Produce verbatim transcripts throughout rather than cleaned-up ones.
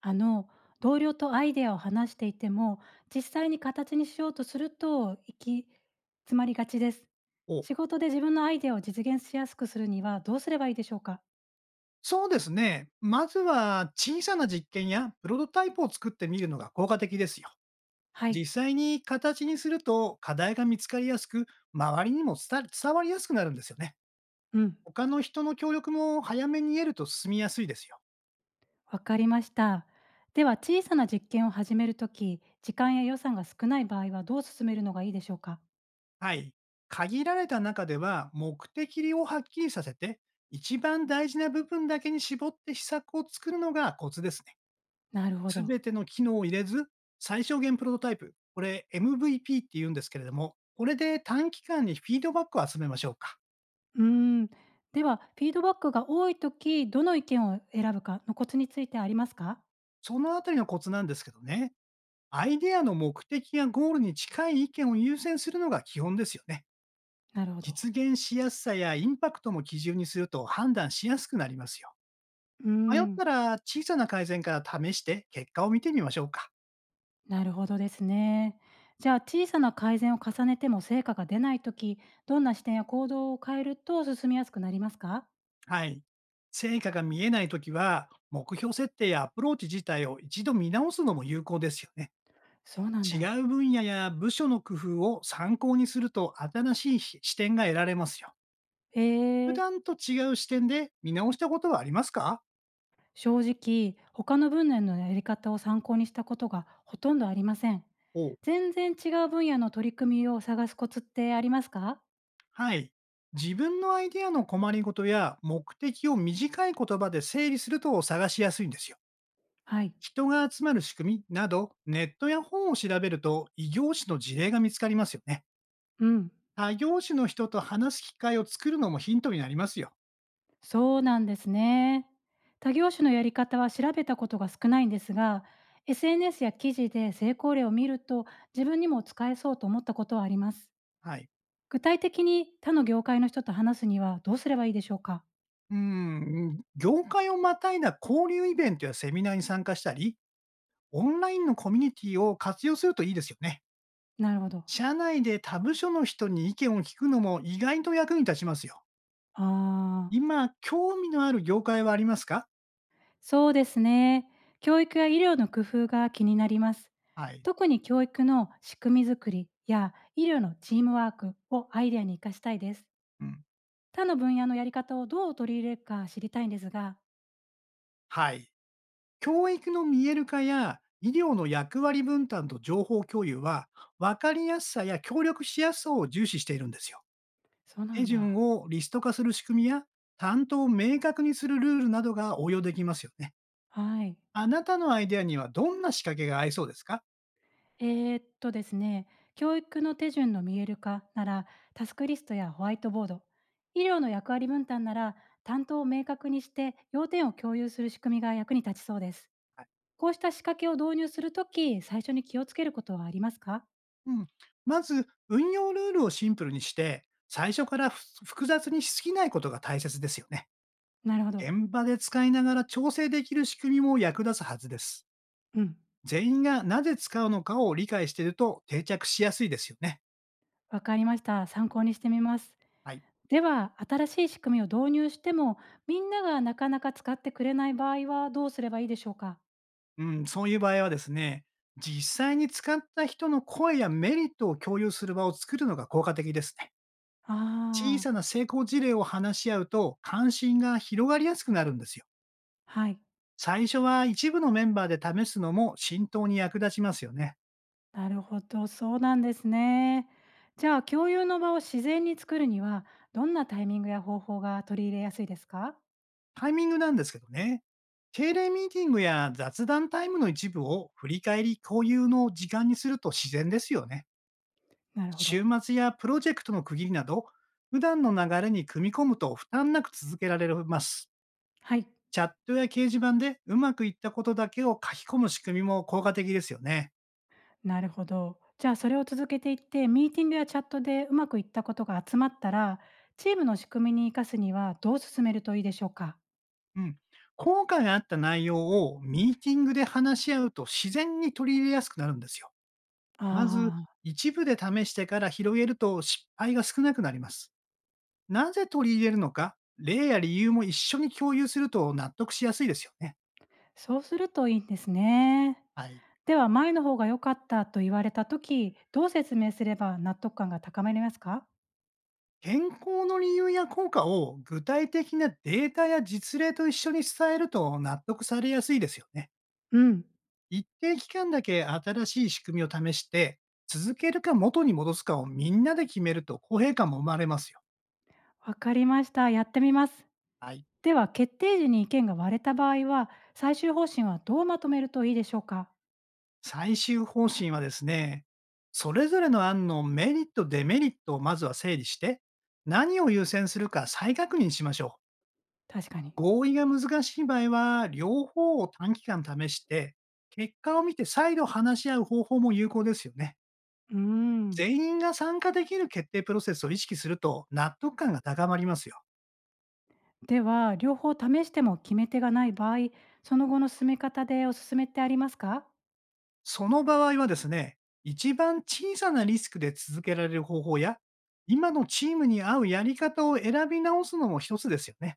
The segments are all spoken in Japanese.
あの同僚とアイデアを話していても実際に形にしようとすると行き詰まりがちです。お、仕事で自分のアイデアを実現しやすくするにはどうすればいいでしょうか？そうですね。まずは小さな実験やプロトタイプを作ってみるのが効果的ですよ。はい。実際に形にすると課題が見つかりやすく、周りにも伝伝わりやすくなるんですよね。うん。他の人の協力も早めに得ると進みやすいですよ。わかりました。では小さな実験を始めるとき時間や予算が少ない場合はどう進めるのがいいでしょうか？はい。限られた中では目的をはっきりさせて、一番大事な部分だけに絞って施策を作るのがコツですね。なるほど。全ての機能を入れず、最小限プロトタイプ、これ エムブイピー って言うんですけれども、これで短期間にフィードバックを集めましょうか。うーん。ではフィードバックが多いときどの意見を選ぶかのコツについてありますか？そのあたりのコツなんですけどね、アイデアの目的やゴールに近い意見を優先するのが基本ですよね。なるほど。実現しやすさやインパクトも基準にすると判断しやすくなりますよ。うー迷っん。たら小さな改善から試して結果を見てみましょうか。なるほどですね。じゃあ小さな改善を重ねても成果が出ないとき、どんな視点や行動を変えると進みやすくなりますか？はい。成果が見えないときは、目標設定やアプローチ自体を一度見直すのも有効ですよね。そうなん違だ。う分野や部署の工夫を参考にすると新しい視視点が得られますよ。え普ー、段と違う視点で見直したことはありますか？正直、他の分野のやり方を参考にしたことがほとんどありません。おう、全然違う分野の取り組みを探すコツってありますか？はい。自分のアイデアの困りごとや目的を短い言葉で整理すると探しやすいんですよ。はい。人が集まる仕組みなど、ネットや本を調べると異業種の事例が見つかりますよね。うん。他業種の人と話す機会を作るのもヒントになりますよ。そうなんですね。他業種のやり方は調べたことが少ないんですが、エスエヌエス や記事で成功例を見ると自分にも使えそうと思ったことはあります。はい。具体的に他の業界の人と話すにはどうすればいいでしょうか？うん、業界をまたいだ交流イベントやセミナーに参加したり、オンラインのコミュニティを活用するといいですよね。なるほど。社内で他部署の人に意見を聞くのも意外と役に立ちますよ。ああ、今、興味のある業界はありますか？そうですね。教育や医療の工夫が気になります。はい。特に教育の仕組み作りや医療のチームワークをアイデアに活かしたいです。うん。他の分野のやり方をどう取り入れるか知りたいんですが、はい。教育の見える化や医療の役割分担と情報共有は、分かりやすさや協力しやすさを重視しているんですよ。そうな手ん順だ。をリスト化する仕組みや、担当を明確にするルールなどが応用できますよね。はい。あなたのアイデアにはどんな仕掛けが合いそうですか？えーっとですね、教育の手順の見える化ならタスクリストやホワイトボード、医療の役割分担なら担当を明確にして要点を共有する仕組みが役に立ちそうです。はい。こうした仕掛けを導入するとき、最初に気をつけることはありますか？うん。まず、運用ルールをシンプルにして、最初からふ複雑にしすぎないことが大切ですよね。なるほど。現場で使いながら調整できる仕組みも役立つはずです。うん。全員がなぜ使うのかを理解していると定着しやすいですよね。わかりました。参考にしてみます。はい。では、新しい仕組みを導入しても、みんながなかなか使ってくれない場合はどうすればいいでしょうか？うん、そういう場合はですね、実際に使った人の声やメリットを共有する場を作るのが効果的ですね。小あさな成功事例を話し合うと関心が広がりやすくなるんですよ。あー、はい。最初は一部のメンバーで試すのも浸透に役立ちますよね。なるほど、そうなんですね。じゃあ、共有の場を自然に作るには、どんなタイミングや方法が取り入れやすいですか？タイミングなんですけどね。定例ミーティングや雑談タイムの一部を振り返り交流の時間にすると自然ですよね。なるほど。週末やプロジェクトの区切りなど、普段の流れに組み込むと負担なく続けられます。はい。チャットや掲示板でうまくいったことだけを書き込む仕組みも効果的ですよね。なるほど。じゃあ、それを続けていって、ミーティングやチャットでうまくいったことが集まったら、チームの仕組みに生かすにはどう進めるといいでしょうか？うん。効果があった内容をミーティングで話し合うと自然に取り入れやすくなるんですよ。まず、ああ、一部で試してから広げると失敗が少なくなります。なぜ取り入れるのか、例や理由も一緒に共有すると納得しやすいですよね。そうするといいんですね。はい。では、前の方が良かったと言われたとき、どう説明すれば納得感が高まりますか？健康の理由や効果を具体的なデータや実例と一緒に伝えると納得されやすいですよね。うん、一定期間だけ新しい仕組みを試して、続けるか元に戻すかをみんなで決めると公平感も生まれますよ。わかりました。やってみます。はい。では、決定時に意見が割れた場合は、最終方針はどうまとめるといいでしょうか？最終方針はですね、それぞれの案のメリット、デメリットをまずは整理して、何を優先するか再確認しましょう。確かに。合意が難しい場合は、両方を短期間試して、結果を見て再度話し合う方法も有効ですよね。うーん。全員が参加できる決定プロセスを意識すると納得感が高まりますよ。では、両方試しても決め手がない場合、その後の進め方でおすすめってありますか？その場合はですね、一番小さなリスクで続けられる方法や、今のチームに合うやり方を選び直すのも一つですよね。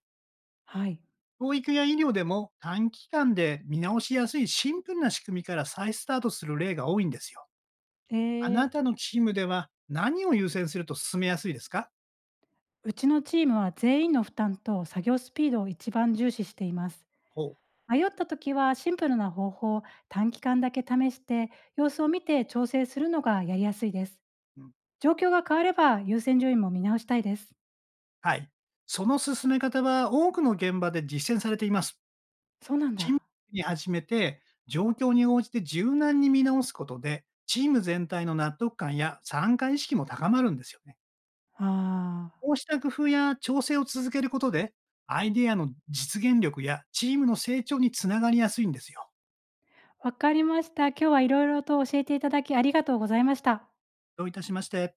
はい。教育や医療でも短期間で見直しやすいシンプルな仕組みから再スタートする例が多いんですよ。あなで、たのチームでは何を優先すると進めやすいですか？うちのチームは全員の負担と作業スピードを一番重視しています。ほう、迷った時はシンプルな方法を短期間だけ試して様子を見て調整するのがやりやすいです。うん。状況が変われば優先順位も見直したいです。はい。その進め方は多くの現場で実践されています。そうなんチームだ。に始めて、状況に応じて柔軟に見直すことで、チーム全体の納得感や参加意識も高まるんですよね。ああ、こうした工夫や調整を続けることで、アイデアの実現力やチームの成長につながりやすいんですよ。わかりました。今日は色々と教えていただきありがとうございました。どういたしまして。